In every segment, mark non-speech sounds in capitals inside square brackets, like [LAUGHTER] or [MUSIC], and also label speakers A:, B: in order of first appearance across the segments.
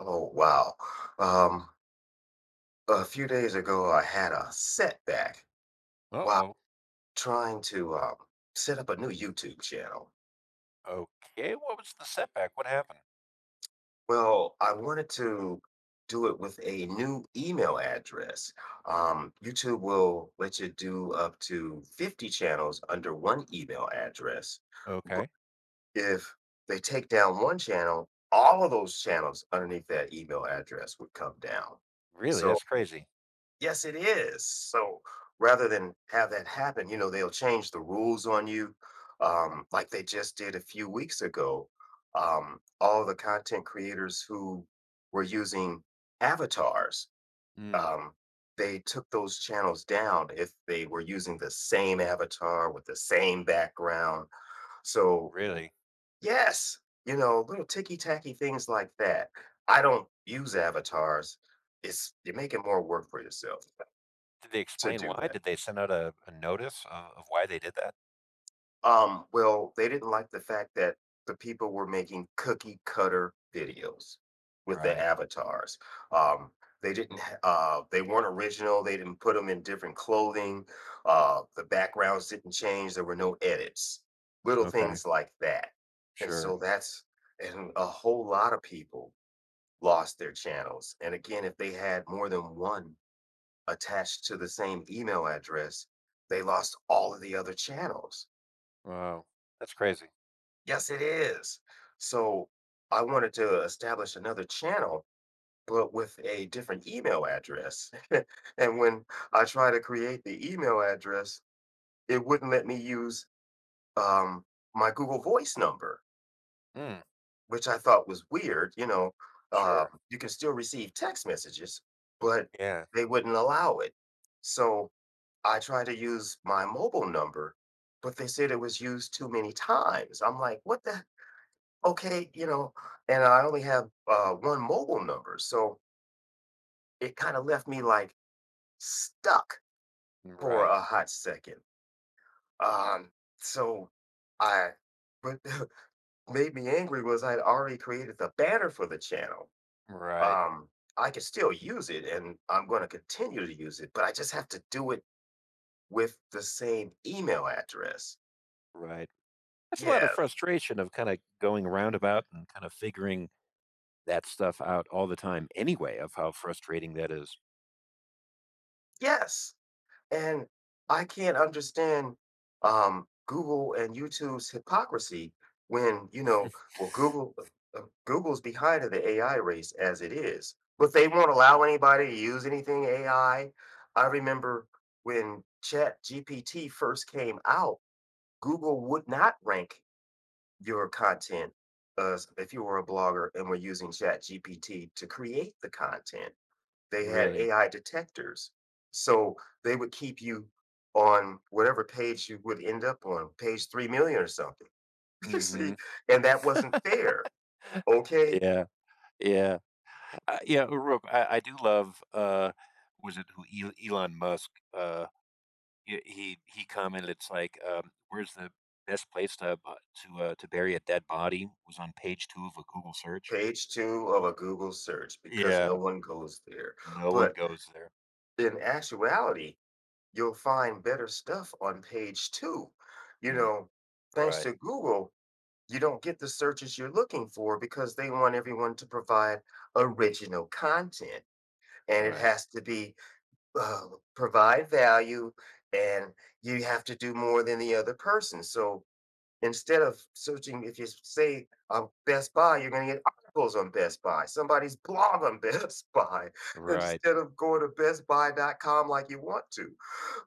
A: Oh, wow. Um, a few days ago, I had a setback while
B: Uh-oh.
A: trying to set up a new YouTube channel.
B: Okay, what was the setback? What happened?
A: Well, I wanted to do it with a new email address. YouTube will let you do up to 50 channels under one email address. But
B: Okay.
A: if they take down one channel, all of those channels underneath that email address would come down.
B: Really?
A: So
B: That's crazy.
A: yes, it is. So rather than have that happen, they'll change the rules on you, like they just did a few weeks ago. All the content creators who were using avatars,
B: Mm,
A: um, they took those channels down if they were using the same avatar with the same background. So,
B: really?
A: yes, you know, little ticky tacky things like that. I don't use avatars. It's you're making more work for yourself
B: Did they
A: to
B: explain
A: do
B: why?
A: that.
B: Did they send out a notice of why they did that?
A: Well, they didn't like the fact that the people were making cookie cutter videos with their
B: Right.
A: avatars. Um, they didn't ha- they weren't original, they didn't put them in different clothing, the backgrounds didn't change, there were no edits, little
B: Okay.
A: things like that. And
B: Sure.
A: so that's and a whole lot of people lost their channels. And again, if they had more than one attached to the same email address, they lost all of the other channels.
B: Wow. That's crazy.
A: Yes, it is. So I wanted to establish another channel, but with a different email address. [LAUGHS] And when I try to create the email address, it wouldn't let me use um, my Google Voice number,
B: Mm,
A: which I thought was weird.
B: sure.
A: You can still receive text messages, but
B: Yeah.
A: they wouldn't allow it. So I tried to use my mobile number, but they said it was used too many times. I'm like, what the? Okay, you know, and I only have one mobile number. So it kind of left me like stuck for
B: Right.
A: a hot second. Um, so I, what [LAUGHS] made me angry was I'd already created the banner for the channel.
B: Right.
A: Um, I can still use it and I'm going to continue to use it, but I just have to do it with the same email address.
B: Right. That's a lot of
A: Yes.
B: frustration of kind of going roundabout and kind of figuring that stuff out all the time anyway of how frustrating that is.
A: Yes. And I can't understand Google and YouTube's hypocrisy when well, Google Google's behind in the AI race as it is, but they won't allow anybody to use anything AI. I remember when Chat GPT first came out, Google would not rank your content as if you were a blogger and were using Chat GPT to create the content. They had
B: Really.
A: AI detectors. So they would keep you on whatever page you would end up on, page 3,000,000 or something. [LAUGHS] You
B: Mm-hmm.
A: see, and that wasn't fair. Okay,
B: Yeah. Yeah. Yeah, real I do love, was it who El Elon Musk, he commented, it's like, "Where's the best place to bu to bury a dead body?" was on page 2 of a Google search.
A: page 2 of a Google search because no
B: Yeah,
A: one goes there.
B: no one
A: But
B: goes there.
A: in actuality, you'll find better stuff on page 2. You
B: Mm,
A: know, thanks
B: right,
A: to Google, you don't get the searches you're looking for because they want everyone to provide original content and it
B: right,
A: has to be uh, provide value and you have to do more than the other person. So instead of searching, if you say Best Buy, you're going to get articles on Best Buy, somebody's blog on [LAUGHS] Best Buy,
B: right,
A: instead of going to Best BestBuy.com like you want to,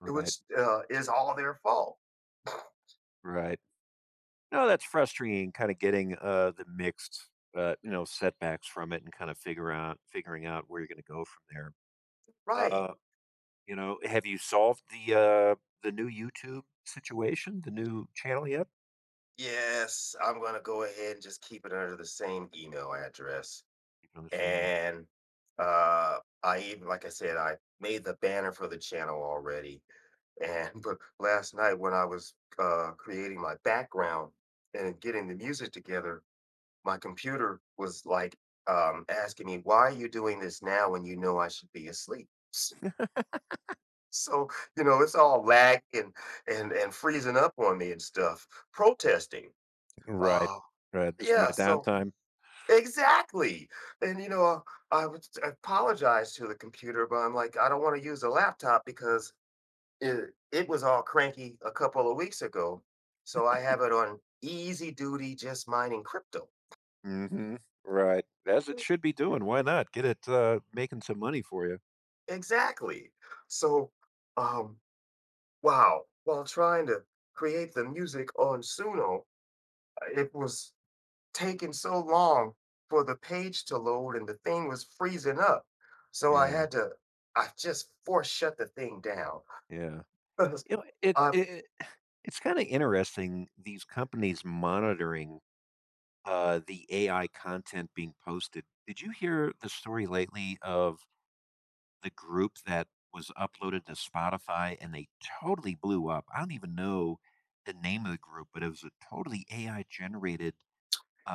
B: right,
A: which is all their fault.
B: right. No, that's frustrating kinda getting, the mixed, you know, setbacks from it and kinda figure out figuring out where you're gonna go from there.
A: Right.
B: Uh You know, have you solved the new YouTube situation, the new channel yet?
A: Yes, I'm going to go ahead and just keep it under the same email address.
B: Keep on the same email.
A: And I even, like I said, I made the banner for the channel already. And but last night when I was, creating my background and getting the music together, my computer was like, asking me, "Why are you doing this now when you know I should be asleep?" [LAUGHS] So, you know, it's all lag and and freezing up on me and stuff, protesting.
B: Right,
A: Oh
B: right. This is my
A: yeah, so
B: downtime.
A: exactly. And you know, I would apologize to the computer, but I'm like, I don't want to use a laptop because it was all cranky a couple of weeks ago. So I have it on easy duty, just mining crypto.
B: Mhm. Right. As it
A: Mm.
B: should be doing. Why not? Get it, making some money for you.
A: Exactly. So, um, wow. While trying to create the music on Suno, it was taking so long for the page to load and the thing was freezing up. So
B: Yeah,
A: I just force shut the thing down.
B: yeah. You know,
A: [LAUGHS]
B: it
A: I
B: it it's kinda interesting, these companies monitoring, the AI content being posted. Did you hear the story lately of the group that was uploaded to Spotify and they totally blew up. I don't even know the name of the group, but it was a totally AI generated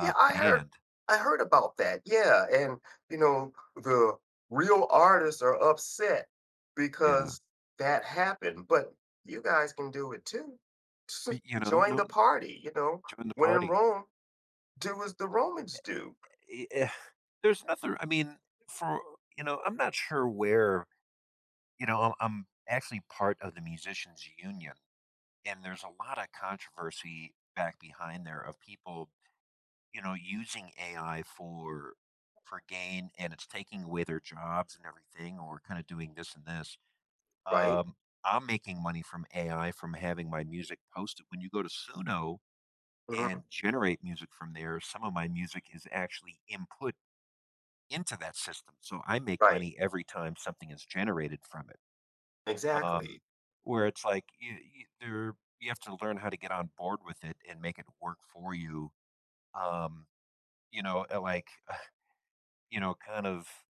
A: yeah,
B: band.
A: I heard about that. Yeah, and you know, the real artists are upset
B: Yeah.
A: because that happened, but you guys can do it too. Just
B: You know,
A: join
B: no
A: the
B: join
A: party, you know.
B: the
A: When in
B: party.
A: Rome, do as the Romans do,
B: I- eh, There's nothing, I mean, for, you know, I'm not sure where, you know, I'm actually part of the musicians union and there's a lot of controversy back behind there of people you know, using AI for gain and it's taking away their jobs and everything or kind of doing this and this.
A: right?
B: Um, I'm making money from AI from having my music posted. When you go to Suno and
A: Hmm.
B: generate music from there, some of my music is actually input into that system. So I make
A: Right.
B: money every time something is generated from it.
A: Exactly.
B: Where it's like there, you have to learn how to get on board with it and make it work for you. Um, you know, like you know, kind of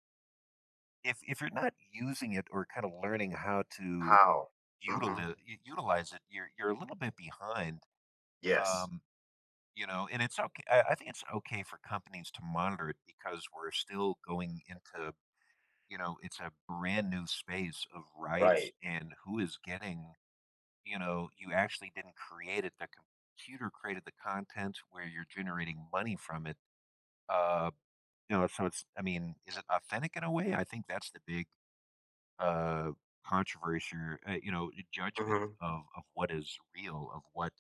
B: if you're not using it or kind of learning how to
A: How? Hmm.
B: utilize utilize it, you're a little bit behind.
A: Yes.
B: Um, you know, and it's okay. I think it's okay for companies to monitor it because we're still going into you know it's a brand new space of rights
A: Right.
B: and who is getting you know you actually didn't create it. The computer created the content where you're generating money from it. Uh, you know, so it's I mean, is it authentic in a way? I think that's the big uh, controversy, or, you know, judgment
A: Hmm.
B: of what is real, of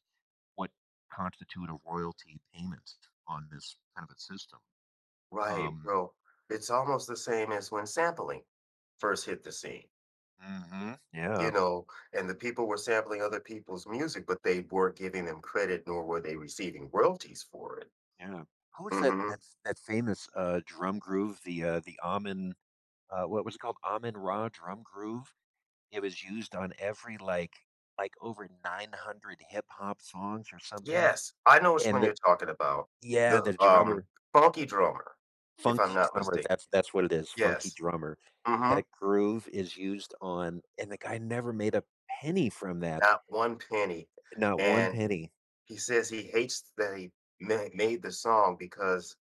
B: what constitute a royalty payment on this kind of a system.
A: Right,
B: Um,
A: bro. It's almost the same as when sampling first hit the scene. You
B: yeah,
A: know, and the people were sampling other people's music, but they weren't giving them credit nor were they receiving royalties for it.
B: yeah. Who's that
A: Mhm.
B: that that famous drum groove? The Amen, what was it called? Amen Ra drum groove. It was used on every like over 900 hip hop songs or something.
A: Yes, I know which
B: And
A: one
B: the
A: you're talking about.
B: yeah,
A: The,
B: the drummer
A: Funky Drummer, if I'm
B: Funky
A: not
B: Drummer,
A: mistaken.
B: that's what it is, Funky
A: Yes.
B: Drummer.
A: Mm. Mhm.
B: That groove is used on and the guy never made a penny from that,
A: Not 1 penny,
B: not 1
A: and
B: penny.
A: he says he hates that he ma made the song because,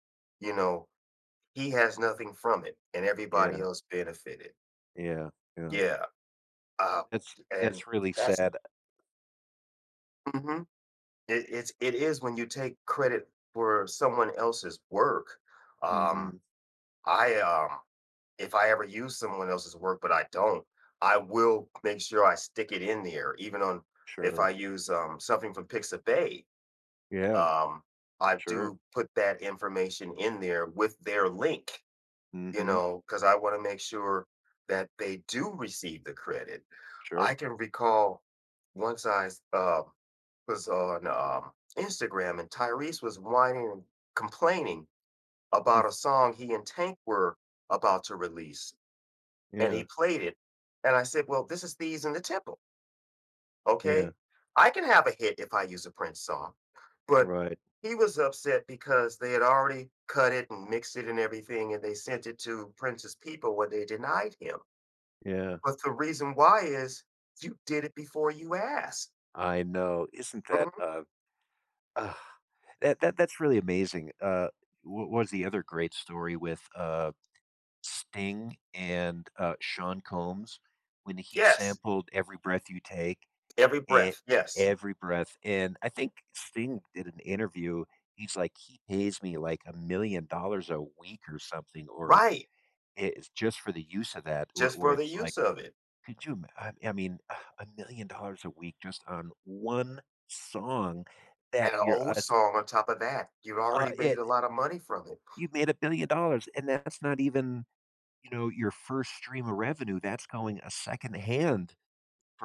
A: you know, he has nothing from it and everybody
B: Yeah,
A: else benefited.
B: yeah, yeah.
A: Yeah, uh,
B: That's
A: and
B: that's really
A: that's
B: sad.
A: mhm. It is when you take credit for someone else's work. Um,
B: Mhm,
A: I, um if I ever use someone else's work, but I don't, I will make sure I stick it in there, even on if I
B: sure.
A: use, something from Pixabay,
B: Yeah,
A: um, I
B: sure.
A: do put that information in there with their link, you
B: Mhm,
A: know, because I want to make sure that they do receive the credit. I
B: sure.
A: can recall once I was on Instagram and Tyrese was whining and complaining about a
B: [LAUGHS]
A: song he and Tank were about to release, and
B: Yeah,
A: he played it, and I said, "Well, this is Thieves in the Temple."
B: yeah,
A: Okay? I can have a hit if I use a Prince song. But
B: right.
A: he was upset because they had already cut it and mixed it and everything, and they sent it to Prince's people when they denied him.
B: Yeah,
A: But the reason why is you did it before you asked.
B: I know. Isn't that,
A: Mhm.
B: uh that's really amazing. What was the other great story with, Sting and, Sean Combs, when he
A: Yes.
B: sampled "Every Breath You Take,"
A: Every
B: it
A: breath. Yes.
B: every breath, and I think Sting did an interview, he's like, "He pays me, like, $1,000,000 a week or something, or
A: Right.
B: it's just for the use of that," wh
A: Just
B: where
A: for the
B: it's like,
A: use of it.
B: could you ima I mean, [SIGHS] $1,000,000 a week just on 1 song that
A: And an
B: you're
A: old
B: us
A: song on top of that. You've already made
B: it
A: a lot of money from it.
B: you made $1,000,000,000, and that's not even you know, your first stream of revenue, that's going a secondhand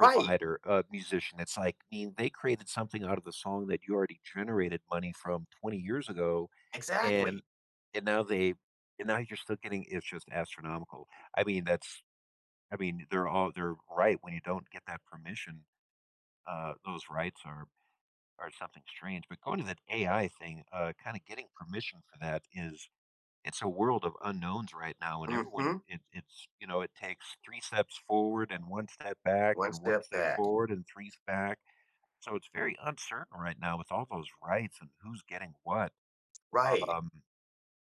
A: Right.
B: a musician. It's like, I mean, they created something out of the song that you already generated money from 20 years ago, and
A: Exactly.
B: and now they and now you're still getting it's just astronomical. I mean, that's I mean, they're right when you don't get that permission, those rights are something strange. But going to that AI thing, kind of getting permission for that is it's a world of unknowns right now and everyone
A: Hmm.
B: it's you know it takes 3 steps forward and 1 step back
A: One
B: and one
A: step
B: step
A: back.
B: forward and three back so it's very uncertain right now with all those rights and who's getting what
A: Right.
B: um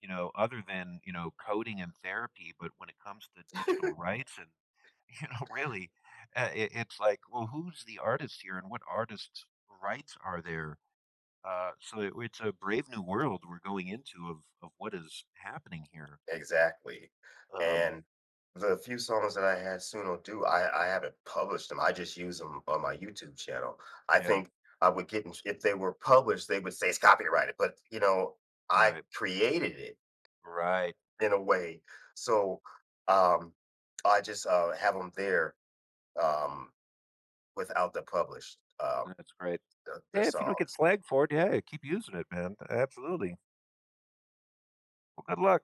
B: you know other than you know coding and therapy but when it comes to digital rights and [LAUGHS] you know really it's like well who's the artist here and what artists rights are there so it's a brave new world we're going into of what is happening here
A: Exactly.
B: um
A: And the few songs that I had Suno do, I haven't published them. I just use them on my YouTube channel. I
B: Yeah,
A: think I would get in if they were published, they would say it's copyrighted, but, you know, I
B: right,
A: created it
B: right.
A: in a way. So, um, I just, have them there, um, without the published,
B: That's great.
A: the
B: Yeah, if you don't get
A: songs.
B: flagged for it, yeah, keep using it, man. Absolutely. Well, good luck.